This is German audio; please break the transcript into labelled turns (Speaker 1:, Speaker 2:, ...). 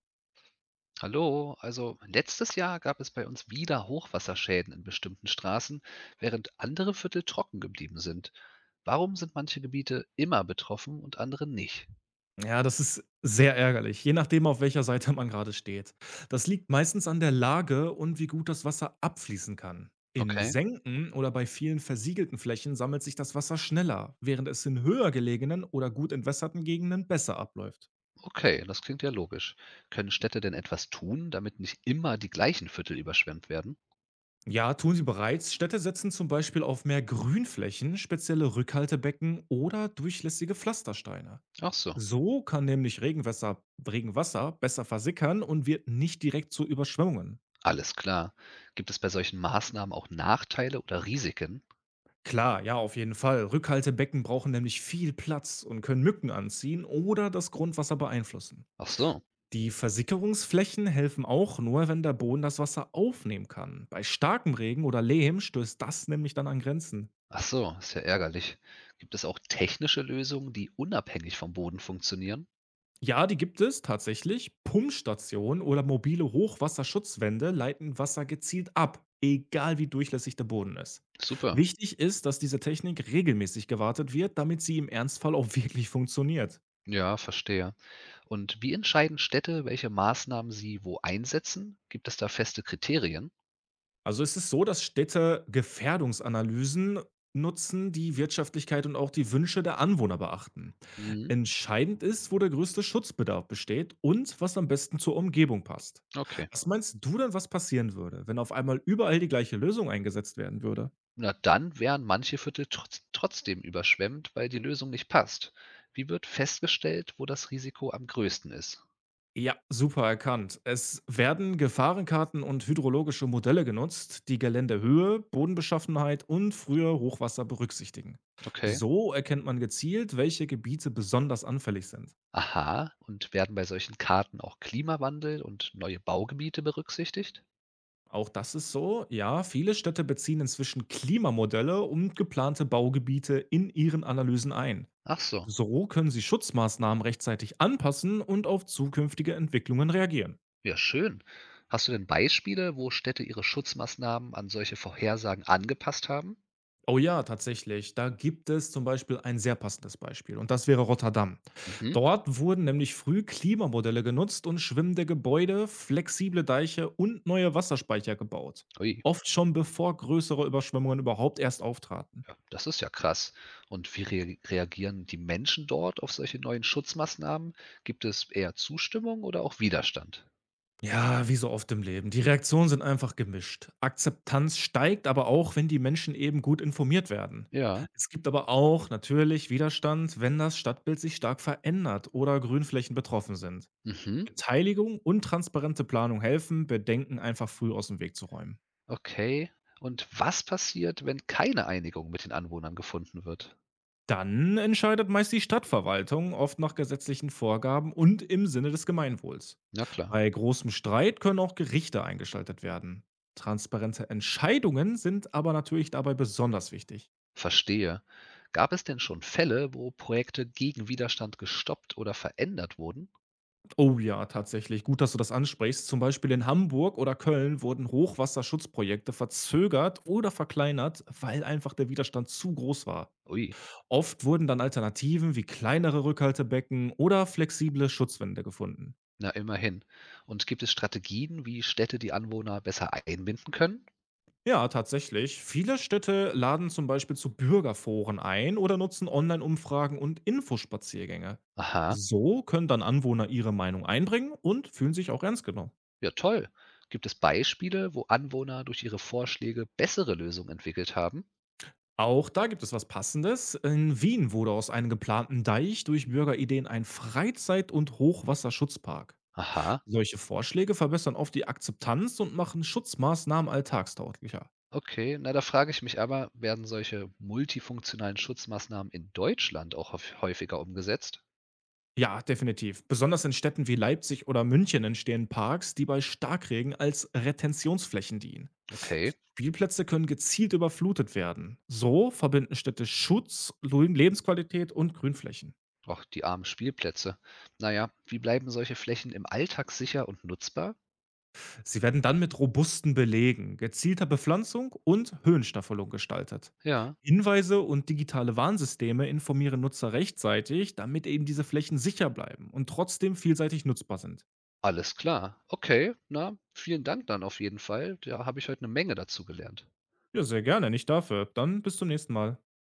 Speaker 1: Hallo, also letztes Jahr gab es bei uns wieder Hochwasserschäden in bestimmten Straßen, während andere Viertel trocken geblieben sind. Warum sind manche Gebiete immer betroffen und andere nicht?
Speaker 2: Ja, das ist sehr ärgerlich, je nachdem, auf welcher Seite man gerade steht. Das liegt meistens an der Lage und wie gut das Wasser abfließen kann. In
Speaker 1: Okay,
Speaker 2: Senken oder bei vielen versiegelten Flächen sammelt sich das Wasser schneller, während es in höher gelegenen oder gut entwässerten Gegenden besser abläuft.
Speaker 1: okay, das klingt ja logisch. Können Städte denn etwas tun, damit nicht immer die gleichen Viertel überschwemmt werden?
Speaker 2: Ja, tun sie bereits. Städte setzen zum Beispiel auf mehr Grünflächen, spezielle Rückhaltebecken oder durchlässige Pflastersteine.
Speaker 1: Ach so,
Speaker 2: So kann nämlich Regenwasser besser versickern und wird nicht direkt zu Überschwemmungen.
Speaker 1: alles klar. Gibt es bei solchen Maßnahmen auch Nachteile oder Risiken?
Speaker 2: Klar, ja, auf jeden Fall. Rückhaltebecken brauchen nämlich viel Platz und können Mücken anziehen oder das Grundwasser beeinflussen.
Speaker 1: Ach so,
Speaker 2: Die Versickerungsflächen helfen auch nur, wenn der Boden das Wasser aufnehmen kann. Bei starkem Regen oder Lehm stößt das nämlich dann an Grenzen.
Speaker 1: ach so, ist ja ärgerlich. Gibt es auch technische Lösungen, die unabhängig vom Boden funktionieren?
Speaker 2: Ja, die gibt es tatsächlich. Pumpstationen oder mobile Hochwasserschutzwände leiten Wasser gezielt ab, egal wie durchlässig der Boden ist.
Speaker 1: Super.
Speaker 2: Wichtig ist, dass diese Technik regelmäßig gewartet wird, damit sie im Ernstfall auch wirklich funktioniert.
Speaker 1: Ja, verstehe. Und wie entscheiden Städte, welche Maßnahmen sie wo einsetzen? Gibt es da feste Kriterien?
Speaker 2: Also, es ist so, dass Städte Gefährdungsanalysen nutzen, die Wirtschaftlichkeit und auch die Wünsche der Anwohner beachten.
Speaker 1: Mhm.
Speaker 2: Entscheidend ist, wo der größte Schutzbedarf besteht und was am besten zur Umgebung passt.
Speaker 1: Okay.
Speaker 2: Was meinst du denn, was passieren würde, wenn auf einmal überall die gleiche Lösung eingesetzt werden würde?
Speaker 1: Na, dann wären manche Viertel trotzdem überschwemmt, weil die Lösung nicht passt. Wie wird festgestellt, wo das Risiko am größten ist?
Speaker 2: Ja, super erkannt. Es werden Gefahrenkarten und hydrologische Modelle genutzt, die Geländehöhe, Bodenbeschaffenheit und frühe Hochwasser berücksichtigen.
Speaker 1: Okay.
Speaker 2: So erkennt man gezielt, welche Gebiete besonders anfällig sind.
Speaker 1: Aha. Und werden bei solchen Karten auch Klimawandel und neue Baugebiete berücksichtigt?
Speaker 2: Auch das ist so. Ja, viele Städte beziehen inzwischen Klimamodelle und geplante Baugebiete in ihren Analysen ein.
Speaker 1: Ach so.
Speaker 2: So können sie Schutzmaßnahmen rechtzeitig anpassen und auf zukünftige Entwicklungen reagieren.
Speaker 1: Ja, schön. Hast du denn Beispiele, wo Städte ihre Schutzmaßnahmen an solche Vorhersagen angepasst haben?
Speaker 2: Oh ja, tatsächlich. Da gibt es zum Beispiel ein sehr passendes Beispiel und das wäre Rotterdam.
Speaker 1: Mhm.
Speaker 2: Dort wurden nämlich früh Klimamodelle genutzt und schwimmende Gebäude, flexible Deiche und neue Wasserspeicher gebaut.
Speaker 1: Ui,
Speaker 2: Oft schon bevor größere Überschwemmungen überhaupt erst auftraten.
Speaker 1: ja, das ist ja krass. Und wie reagieren die Menschen dort auf solche neuen Schutzmaßnahmen? Gibt es eher Zustimmung oder auch Widerstand?
Speaker 2: Ja, wie so oft im Leben. Die Reaktionen sind einfach gemischt. Akzeptanz steigt aber auch, wenn die Menschen eben gut informiert werden.
Speaker 1: Ja,
Speaker 2: Es gibt aber auch natürlich Widerstand, wenn das Stadtbild sich stark verändert oder Grünflächen betroffen sind.
Speaker 1: mhm,
Speaker 2: Beteiligung und transparente Planung helfen, Bedenken einfach früh aus dem Weg zu räumen.
Speaker 1: okay. Und was passiert, wenn keine Einigung mit den Anwohnern gefunden wird?
Speaker 2: Dann entscheidet meist die Stadtverwaltung, oft nach gesetzlichen Vorgaben und im Sinne des Gemeinwohls.
Speaker 1: Na klar.
Speaker 2: Bei großem Streit können auch Gerichte eingeschaltet werden. Transparente Entscheidungen sind aber natürlich dabei besonders wichtig.
Speaker 1: Verstehe. Gab es denn schon Fälle, wo Projekte gegen Widerstand gestoppt oder verändert wurden?
Speaker 2: Oh ja, tatsächlich. Gut, dass du das ansprichst. Zum Beispiel in Hamburg oder Köln wurden Hochwasserschutzprojekte verzögert oder verkleinert, weil einfach der Widerstand zu groß war.
Speaker 1: Ui,
Speaker 2: Oft wurden dann Alternativen wie kleinere Rückhaltebecken oder flexible Schutzwände gefunden.
Speaker 1: na immerhin. Und gibt es Strategien, wie Städte die Anwohner besser einbinden können?
Speaker 2: Ja, tatsächlich. Viele Städte laden zum Beispiel zu Bürgerforen ein oder nutzen Online-Umfragen und Infospaziergänge.
Speaker 1: Aha.
Speaker 2: So können dann Anwohner ihre Meinung einbringen und fühlen sich auch ernst genommen.
Speaker 1: Ja, toll. Gibt es Beispiele, wo Anwohner durch ihre Vorschläge bessere Lösungen entwickelt haben?
Speaker 2: Auch da gibt es was Passendes. In Wien wurde aus einem geplanten Deich durch Bürgerideen ein Freizeit- und Hochwasserschutzpark.
Speaker 1: Aha,
Speaker 2: Solche Vorschläge verbessern oft die Akzeptanz und machen Schutzmaßnahmen alltagstauglicher.
Speaker 1: okay. Na, da frage ich mich aber, werden solche multifunktionalen Schutzmaßnahmen in Deutschland auch häufiger umgesetzt?
Speaker 2: Ja, definitiv. Besonders in Städten wie Leipzig oder München entstehen Parks, die bei Starkregen als Retentionsflächen dienen.
Speaker 1: Okay.
Speaker 2: Spielplätze können gezielt überflutet werden. So verbinden Städte Schutz, Lebensqualität und Grünflächen.
Speaker 1: Ach, die armen Spielplätze. Naja, wie bleiben solche Flächen im Alltag sicher und nutzbar?
Speaker 2: Sie werden dann mit robusten Belegen, gezielter Bepflanzung und Höhenstaffelung gestaltet.
Speaker 1: Ja,
Speaker 2: Hinweise und digitale Warnsysteme informieren Nutzer rechtzeitig, damit eben diese Flächen sicher bleiben und trotzdem vielseitig nutzbar sind.
Speaker 1: alles klar. Okay, na, vielen Dank dann auf jeden Fall. Da habe ich heute eine Menge dazu gelernt.
Speaker 2: Ja, sehr gerne, nicht dafür. Dann bis zum nächsten Mal.